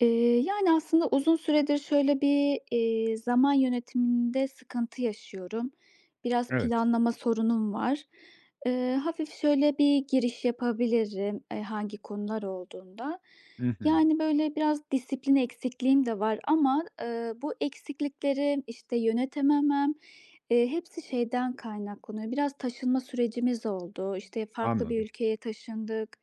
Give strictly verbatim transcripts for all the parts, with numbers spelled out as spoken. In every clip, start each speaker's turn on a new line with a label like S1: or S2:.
S1: Eee, yani, aslında uzun süredir şöyle bir, eee, zaman yönetiminde sıkıntı yaşıyorum. Biraz
S2: Evet.
S1: planlama sorunum var. Eee, hafif şöyle bir giriş yapabilirim, eee, hangi konular olduğunda.
S2: Hı hı.
S1: Yani, böyle, biraz disiplin eksikliğim de var ama, eee, bu eksikliklerim, işte, yönetememem, eee, hepsi şeyden kaynaklanıyor. Biraz taşınma sürecimiz oldu. İşte, farklı bir
S2: Anladım.
S1: ülkeye taşındık.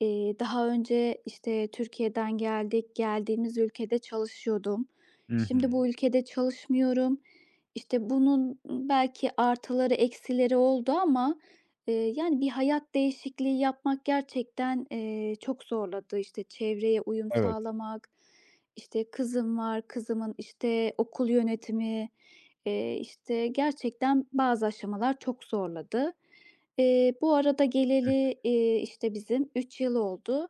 S1: Eee, daha önce, işte, Türkiye'den geldik, geldiğimiz ülkede çalışıyordum.
S2: Hı hı.
S1: Şimdi bu ülkede çalışmıyorum. İşte, bunun belki artıları, eksileri oldu ama, eee, yani, bir hayat değişikliği yapmak gerçekten, eee, çok zorladı. İşte, çevreye uyum
S2: Evet.
S1: sağlamak, işte, kızım var, kızımın, işte, okul yönetimi, eee, işte, gerçekten bazı aşamalar çok zorladı. Eee, bu arada
S2: Hıh.
S1: geleli, eee, işte, bizim üç yıl oldu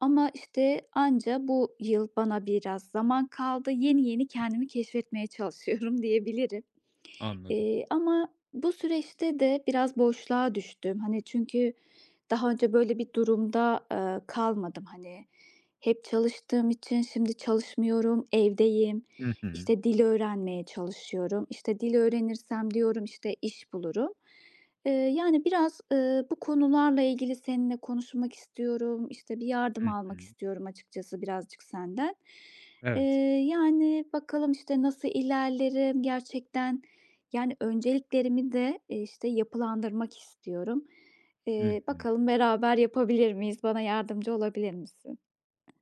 S1: ama, işte, anca bu yıl bana biraz zaman kaldı. Yeni yeni kendimi keşfetmeye çalışıyorum diyebilirim.
S2: Anladım.
S1: Eee, ama bu süreçte de biraz boşluğa düştüm. Hani, çünkü daha önce böyle bir durumda, eee, kalmadım. Hani, hep çalıştığım için şimdi çalışmıyorum, evdeyim.
S2: Hı hı.
S1: İşte, dil öğrenmeye çalışıyorum. İşte, dil öğrenirsem diyorum, işte, iş bulurum. Eee, yani, biraz, eee, bu konularla ilgili seninle konuşmak istiyorum. İşte, bir yardım
S2: Hı
S1: almak
S2: hı.
S1: istiyorum açıkçası birazcık senden. Eee,
S2: Evet.
S1: Yani, bakalım, işte, nasıl ilerlerim gerçekten, yani, önceliklerimi de, eee, işte, yapılandırmak istiyorum.
S2: Hı
S1: Eee,
S2: hı.
S1: bakalım beraber yapabilir miyiz? Bana yardımcı olabilir misin?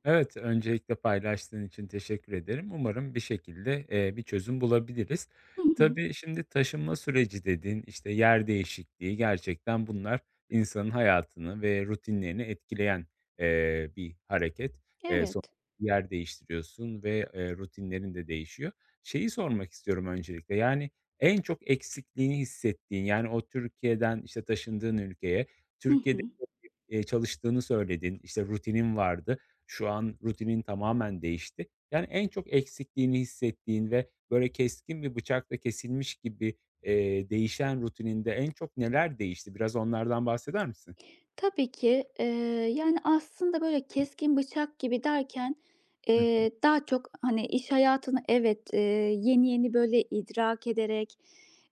S2: Evet, öncelikle paylaştığın için teşekkür ederim. Umarım bir şekilde, eee, bir çözüm bulabiliriz.
S1: Hı hı.
S2: Tabii, şimdi taşınma süreci dediğin, işte, yer değişikliği gerçekten bunlar insanın hayatını ve rutinlerini etkileyen, eee, bir hareket. Eee, sonuçta
S1: Evet.
S2: yer değiştiriyorsun ve, eee, rutinlerin de değişiyor. Şeyi sormak istiyorum öncelikle, yani, en çok eksikliğini hissettiğin, yani, o Türkiye'den, işte, taşındığın ülkeye,
S1: Hı
S2: Türkiye'de
S1: hı.
S2: eee, çalıştığını söyledin. İşte, rutinin vardı. Şu an rutinin tamamen değişti. Yani, en çok eksikliğini hissettiğin ve böyle keskin bir bıçakla kesilmiş gibi, eee, değişen rutininde en çok neler değişti? Biraz onlardan bahseder misin?
S1: Tabii ki. Eee, yani, aslında, böyle, keskin bıçak gibi derken,
S2: hı.
S1: eee, daha çok, hani, iş hayatını evet, eee, yeni yeni, böyle, idrak ederek,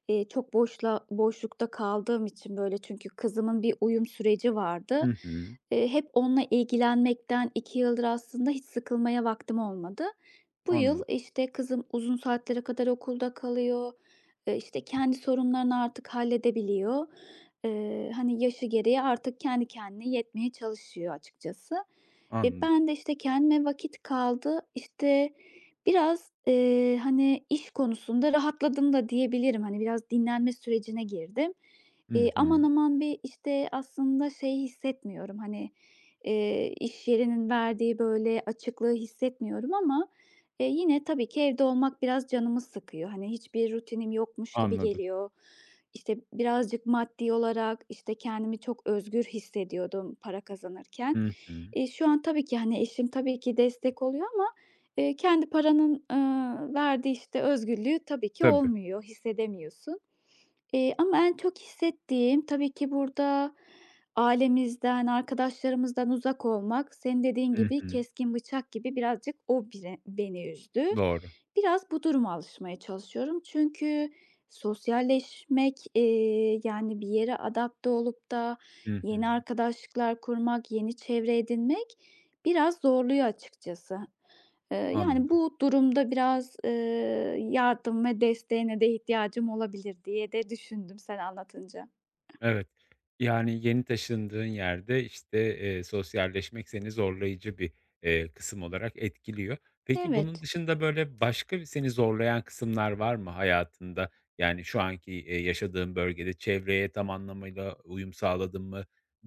S1: eee, çok boşla boşlukta kaldığım için, böyle, çünkü kızımın bir uyum süreci vardı.
S2: Hı hı.
S1: Eee, hep onunla ilgilenmekten iki yıldır aslında hiç sıkılmaya vaktim olmadı. Bu yıl,
S2: Anladım,
S1: işte, kızım uzun saatlere kadar okulda kalıyor, eee, işte, kendi sorunlarını artık halledebiliyor. Eee, hani, yaşı gereği artık kendi kendine yetmeye çalışıyor açıkçası. E,
S2: anladım.
S1: ben de, işte, kendime vakit kaldı. İşte, biraz, eee, hani, iş konusunda rahatladım da diyebilirim. Hani, biraz dinlenme sürecine girdim. Eee,
S2: Hı hı.
S1: aman aman bir, işte, aslında şey hissetmiyorum, hani, eee, iş yerinin verdiği, böyle, açıklığı hissetmiyorum ama Eee, yine tabii ki evde olmak biraz canımı sıkıyor. Hani, hiçbir rutinim yokmuş gibi
S2: Anladım.
S1: geliyor. İşte, birazcık maddi olarak, işte, kendimi çok özgür hissediyordum para kazanırken.
S2: Hı hı.
S1: Eee, şu an tabii ki, hani, eşim tabii ki destek oluyor ama, eee, kendi paranın, ııı, verdiği, işte, özgürlüğü tabii ki
S2: Tabii.
S1: olmuyor, hissedemiyorsun. Eee, ama en çok hissettiğim tabii ki burada ailemizden, arkadaşlarımızdan uzak olmak, senin dediğin
S2: Hı
S1: gibi
S2: hı.
S1: keskin bıçak gibi birazcık o bire beni üzdü.
S2: Doğru.
S1: Biraz bu duruma alışmaya çalışıyorum. Çünkü sosyalleşmek, eee, yani bir yere adapte olup da
S2: Hı
S1: yeni
S2: hı.
S1: arkadaşlıklar kurmak, yeni çevre edinmek biraz zorluyor açıkçası. Eee, yani,
S2: Anladım.
S1: bu durumda biraz, eee, yardım ve desteğine de ihtiyacım olabilir diye de düşündüm sen anlatınca.
S2: Evet. Yani, yeni taşındığın yerde, işte, eee, sosyalleşmek seni zorlayıcı bir, eee, kısım olarak etkiliyor. Peki, bunun
S1: Evet.
S2: dışında, böyle, başka bir seni zorlayan kısımlar var mı hayatında? Yani, şu anki, eee, yaşadığın bölgede çevreye tam anlamıyla uyum sağladın mı?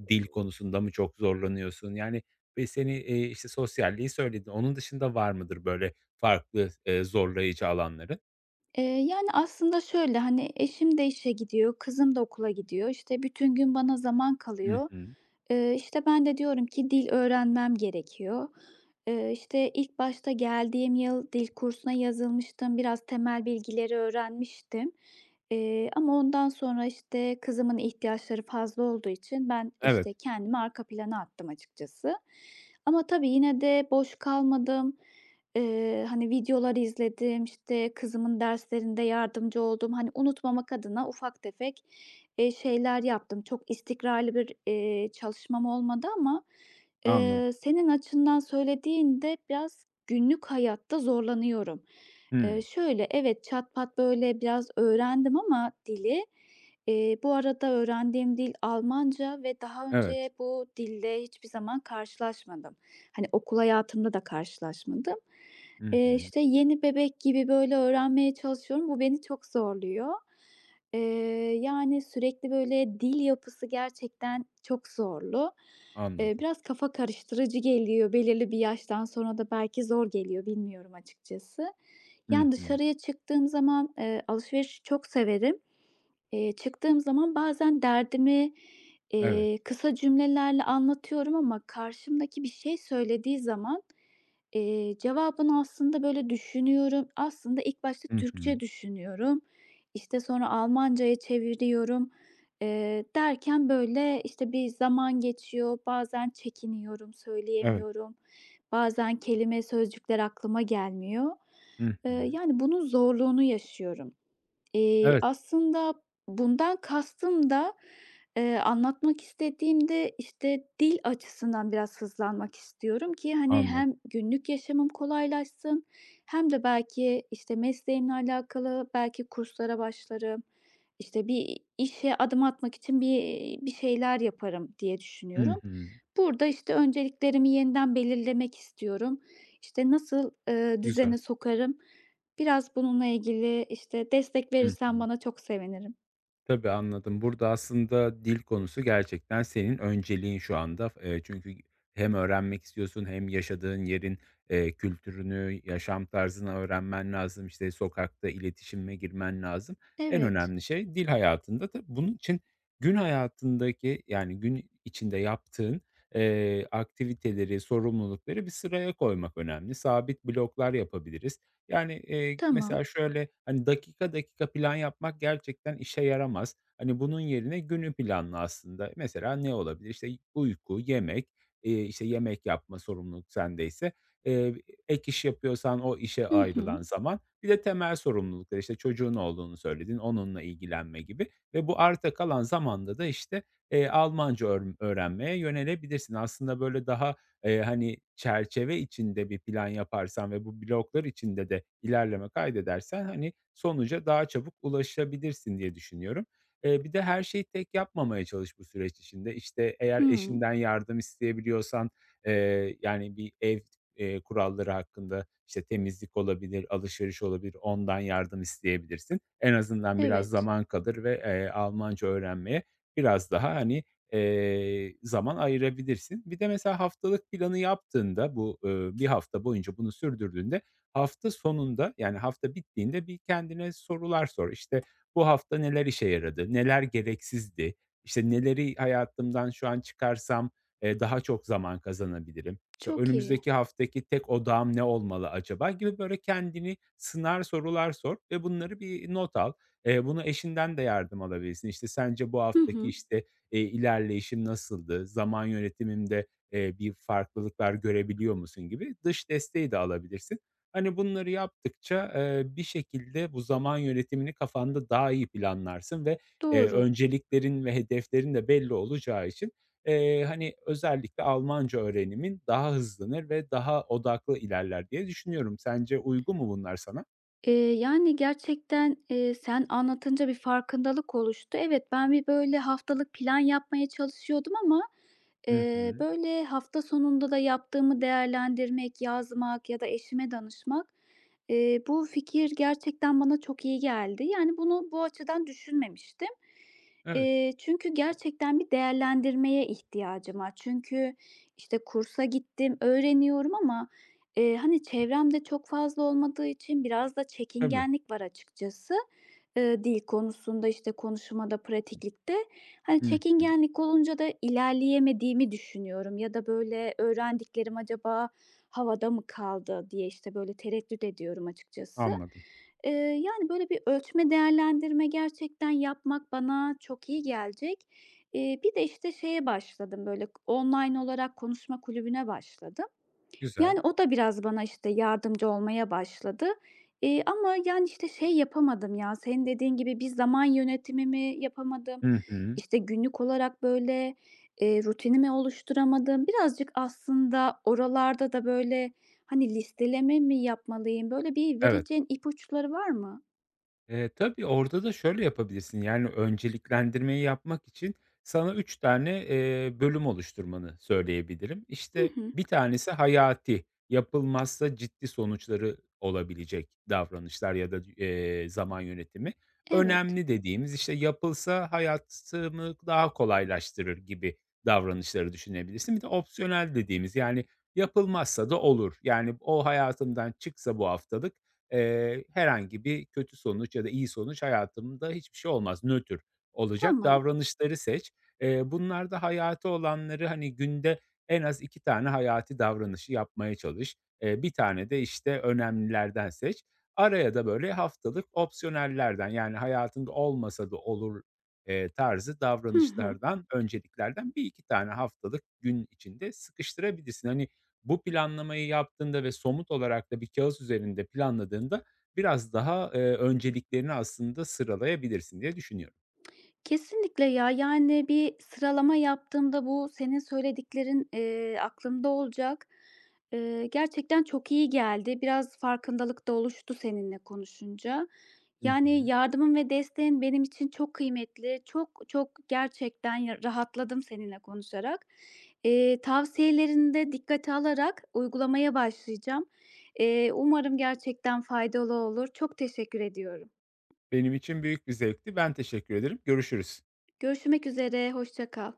S2: Dil konusunda mı çok zorlanıyorsun? Yani, ve seni, eee, işte, sosyalliği söyledin. Onun dışında var mıdır böyle farklı, eee, zorlayıcı alanların?
S1: Eee, yani, aslında şöyle, hani, eşim de işe gidiyor, kızım da okula gidiyor. İşte, bütün gün bana zaman
S2: Hı
S1: kalıyor.
S2: hı.
S1: Eee, işte, ben de diyorum ki dil öğrenmem gerekiyor. Eee, işte, ilk başta geldiğim yıl dil kursuna yazılmıştım. Biraz temel bilgileri öğrenmiştim. Eee, ama ondan sonra, işte, kızımın ihtiyaçları fazla olduğu için ben,
S2: Evet,
S1: işte, kendimi arka plana attım açıkçası. Ama tabii yine de boş kalmadım. Eee, hani, videolar izledim, işte, kızımın derslerinde yardımcı oldum. Hani, unutmamak adına ufak tefek, eee, şeyler yaptım. Çok istikrarlı bir, eee, çalışmam olmadı ama, eee,
S2: anladım.
S1: senin açından söylediğinde biraz günlük hayatta zorlanıyorum. Eee,
S2: Hımm.
S1: şöyle, evet, çat pat, böyle, biraz öğrendim ama dili, eee, bu arada öğrendiğim dil Almanca ve daha önce
S2: Evet.
S1: bu dille hiçbir zaman karşılaşmadım. Hani, okul hayatımda da karşılaşmadım.
S2: Hı
S1: Eee,
S2: hı.
S1: işte, yeni bebek gibi, böyle, öğrenmeye çalışıyorum. Bu beni çok zorluyor. Eee, Yani, sürekli, böyle, dil yapısı gerçekten çok zorlu. Eee,
S2: Anladım.
S1: biraz kafa karıştırıcı geliyor. Belirli bir yaştan sonra da belki zor geliyor, bilmiyorum açıkçası.
S2: Hı
S1: Yani,
S2: hı.
S1: dışarıya çıktığım zaman, eee, alışverişi çok severim Eee, Çıktığım zaman bazen derdimi,
S2: Evet.
S1: eee, kısa cümlelerle anlatıyorum ama karşımdaki bir şey söylediği zaman, eee, cevabını aslında böyle düşünüyorum. Aslında ilk başta
S2: Hı hı.
S1: Türkçe düşünüyorum. İşte, sonra Almanca'ya çeviriyorum. Eee, derken böyle, işte, bir zaman geçiyor. Bazen çekiniyorum,
S2: Evet.
S1: söyleyemiyorum. Bazen kelime, sözcükler aklıma gelmiyor.
S2: Hı
S1: Eee,
S2: hı.
S1: yani, bunun zorluğunu yaşıyorum. Eee,
S2: Evet,
S1: aslında bundan kastım da, eee, anlatmak istediğimde, işte, dil açısından biraz hızlanmak istiyorum ki, hani,
S2: anladım.
S1: hem günlük yaşamım kolaylaşsın hem de belki, işte, mesleğimle alakalı belki kurslara başlarım, işte, bir işe adım atmak için bir, bir şeyler yaparım diye düşünüyorum.
S2: Hı hı.
S1: Burada, işte, önceliklerimi yeniden belirlemek istiyorum. İşte, nasıl, eee,
S2: Güzel.
S1: düzene sokarım? Biraz bununla ilgili, işte, destek
S2: Hı
S1: verirsen
S2: hı.
S1: bana çok sevinirim.
S2: Tabii, anladım. Burada aslında dil konusu gerçekten senin önceliğin şu anda. eee, çünkü hem öğrenmek istiyorsun hem yaşadığın yerin, eee, kültürünü, yaşam tarzını öğrenmen lazım. İşte, sokakta iletişime girmen lazım. En
S1: Evet,
S2: önemli şey dil hayatında. Tabii, bunun için gün hayatındaki, yani, gün içinde yaptığın, eee, aktiviteleri, sorumlulukları bir sıraya koymak önemli. Sabit bloklar yapabiliriz. Yani, eee,
S1: tamam.
S2: mesela şöyle, hani, dakika dakika plan yapmak gerçekten işe yaramaz. Hani, bunun yerine günü planla aslında. Mesela ne olabilir? İşte, uyku, yemek, eee, işte, yemek yapma sorumluluk sendeyse, eee, ek iş yapıyorsan o işe
S1: Hı hı.
S2: ayrılan zaman, bir de temel sorumluluklar, işte, çocuğun olduğunu söyledin, onunla ilgilenme gibi ve bu arta kalan zamanda da, işte, eee, Almanca öğr öğrenmeye yönelebilirsin. Aslında böyle daha, Eee, hani, çerçeve içinde bir plan yaparsan ve bu bloklar içinde de ilerleme kaydedersen, hani, sonuca daha çabuk ulaşabilirsin diye düşünüyorum. Eee, bir de her şeyi tek yapmamaya çalış bu süreç içinde. İşte, eğer
S1: Hı.
S2: eşinden yardım isteyebiliyorsan, eee, yani, bir ev, eee, kuralları hakkında, işte, temizlik olabilir, alışveriş olabilir, ondan yardım isteyebilirsin. En azından biraz
S1: Evet,
S2: zaman kalır ve, eee, Almanca öğrenmeye biraz daha, hani, Eee, zaman ayırabilirsin. Bir de mesela haftalık planı yaptığında bu, ııı, bir hafta boyunca bunu sürdürdüğünde hafta sonunda, yani, hafta bittiğinde bir kendine sorular sor. İşte, bu hafta neler işe yaradı, neler gereksizdi, işte, neleri hayatımdan şu an çıkarsam, eee, daha çok zaman kazanabilirim. İşte
S1: çok iyi.
S2: önümüzdeki haftaki tek odağım ne olmalı acaba gibi böyle kendini sınar sorular sor ve bunları bir not al. Eee, bunu eşinden de yardım alabilirsin. İşte, sence bu
S1: Hı
S2: haftaki,
S1: hı.
S2: işte, eee, ilerleyişim nasıldı? Zaman yönetimimde, eee, bir farklılıklar görebiliyor musun, gibi dış desteği de alabilirsin. Hani, bunları yaptıkça, eee, bir şekilde bu zaman yönetimini kafanda daha iyi planlarsın ve, eee,
S1: Doğru.
S2: önceliklerin ve hedeflerin de belli olacağı için, eee, hani, özellikle Almanca öğrenimin daha hızlanır ve daha odaklı ilerler diye düşünüyorum. Sence uygun mu bunlar sana?
S1: Eee, yani, gerçekten, eee, sen anlatınca bir farkındalık oluştu. Evet, ben bir, böyle, haftalık plan yapmaya çalışıyordum ama,
S2: Hı
S1: eee,
S2: hı.
S1: böyle, hafta sonunda da yaptığımı değerlendirmek, yazmak ya da eşime danışmak, eee, bu fikir gerçekten bana çok iyi geldi. Yani, bunu bu açıdan düşünmemiştim.
S2: Evet,
S1: Eee, çünkü gerçekten bir değerlendirmeye ihtiyacım var. Çünkü, işte, kursa gittim, öğreniyorum ama Eee, hani, çevremde çok fazla olmadığı için biraz da
S2: tabii.
S1: çekingenlik var açıkçası. Eee, dil konusunda, işte, konuşmada, pratiklikte. Hani,
S2: Hı hı.
S1: çekingenlik olunca da ilerleyemediğimi düşünüyorum ya da, böyle, öğrendiklerim acaba havada mı kaldı diye, işte, böyle, tereddüt ediyorum açıkçası.
S2: Anladım.
S1: Eee, Yani, böyle, bir ölçme değerlendirme gerçekten yapmak bana çok iyi gelecek. Eee, bir de, işte, şeye başladım, böyle, online olarak konuşma kulübüne başladım.
S2: Güzel.
S1: Yani, o da biraz bana, işte, yardımcı olmaya başladı. Eee, ama, yani, işte, şey yapamadım ya, senin dediğin gibi bir zaman yönetimimi yapamadım.
S2: Hı hı.
S1: İşte, günlük olarak, böyle, eee, rutinimi oluşturamadım. Birazcık aslında oralarda da, böyle, hani, listeleme mi yapmalıyım? Böyle bir
S2: Evet.
S1: vereceğin ipuçları var mı?
S2: Eee, tabii, orada da şöyle yapabilirsin, yani, önceliklendirmeyi yapmak için sana üç tane, eee, bölüm oluşturmanı söyleyebilirim.
S1: Hı
S2: İşte,
S1: hı.
S2: bir tanesi hayati, yapılmazsa ciddi sonuçları olabilecek davranışlar ya da, eee, zaman yönetimi.
S1: Evet.
S2: Önemli dediğimiz, işte, yapılsa hayatımı daha kolaylaştırır gibi davranışları düşünebilirsin. Bir de opsiyonel dediğimiz, yani, yapılmazsa da olur. Yani, o hayatımdan çıksa bu haftalık, Eee, herhangi bir kötü sonuç ya da iyi sonuç hayatımda hiçbir şey olmaz, nötr olacak
S1: Tamam.
S2: davranışları seç. Eee, bunlarda hayati olanları, hani, günde en az iki tane hayati davranışı yapmaya çalış. Eee, bir tane de, işte, önemlilerden seç. Araya da, böyle, haftalık opsiyonellerden, yani, hayatında olmasa da olur, eee, tarzı
S1: Hı hı.
S2: davranışlardan, önceliklerden bir iki tane haftalık gün içinde sıkıştırabilirsin. Hani bu planlamayı yaptığında ve somut olarak da bir kağıt üzerinde planladığında biraz daha, eee, önceliklerini aslında sıralayabilirsin diye düşünüyorum.
S1: Kesinlikle ya. Yani, bir sıralama yaptığımda bu senin söylediklerin, eee, aklımda olacak. Eee, gerçekten çok iyi geldi. Biraz farkındalık da oluştu seninle konuşunca.
S2: Hı
S1: Yani,
S2: hı.
S1: yardımın ve desteğin benim için çok kıymetli. Çok çok gerçekten ya rahatladım seninle konuşarak. Eee, tavsiyelerini de dikkate alarak uygulamaya başlayacağım. Eee, umarım gerçekten faydalı olur. Çok teşekkür ediyorum.
S2: Benim için büyük bir zevkti. Ben teşekkür ederim. Görüşürüz.
S1: Görüşmek üzere, hoşça kal.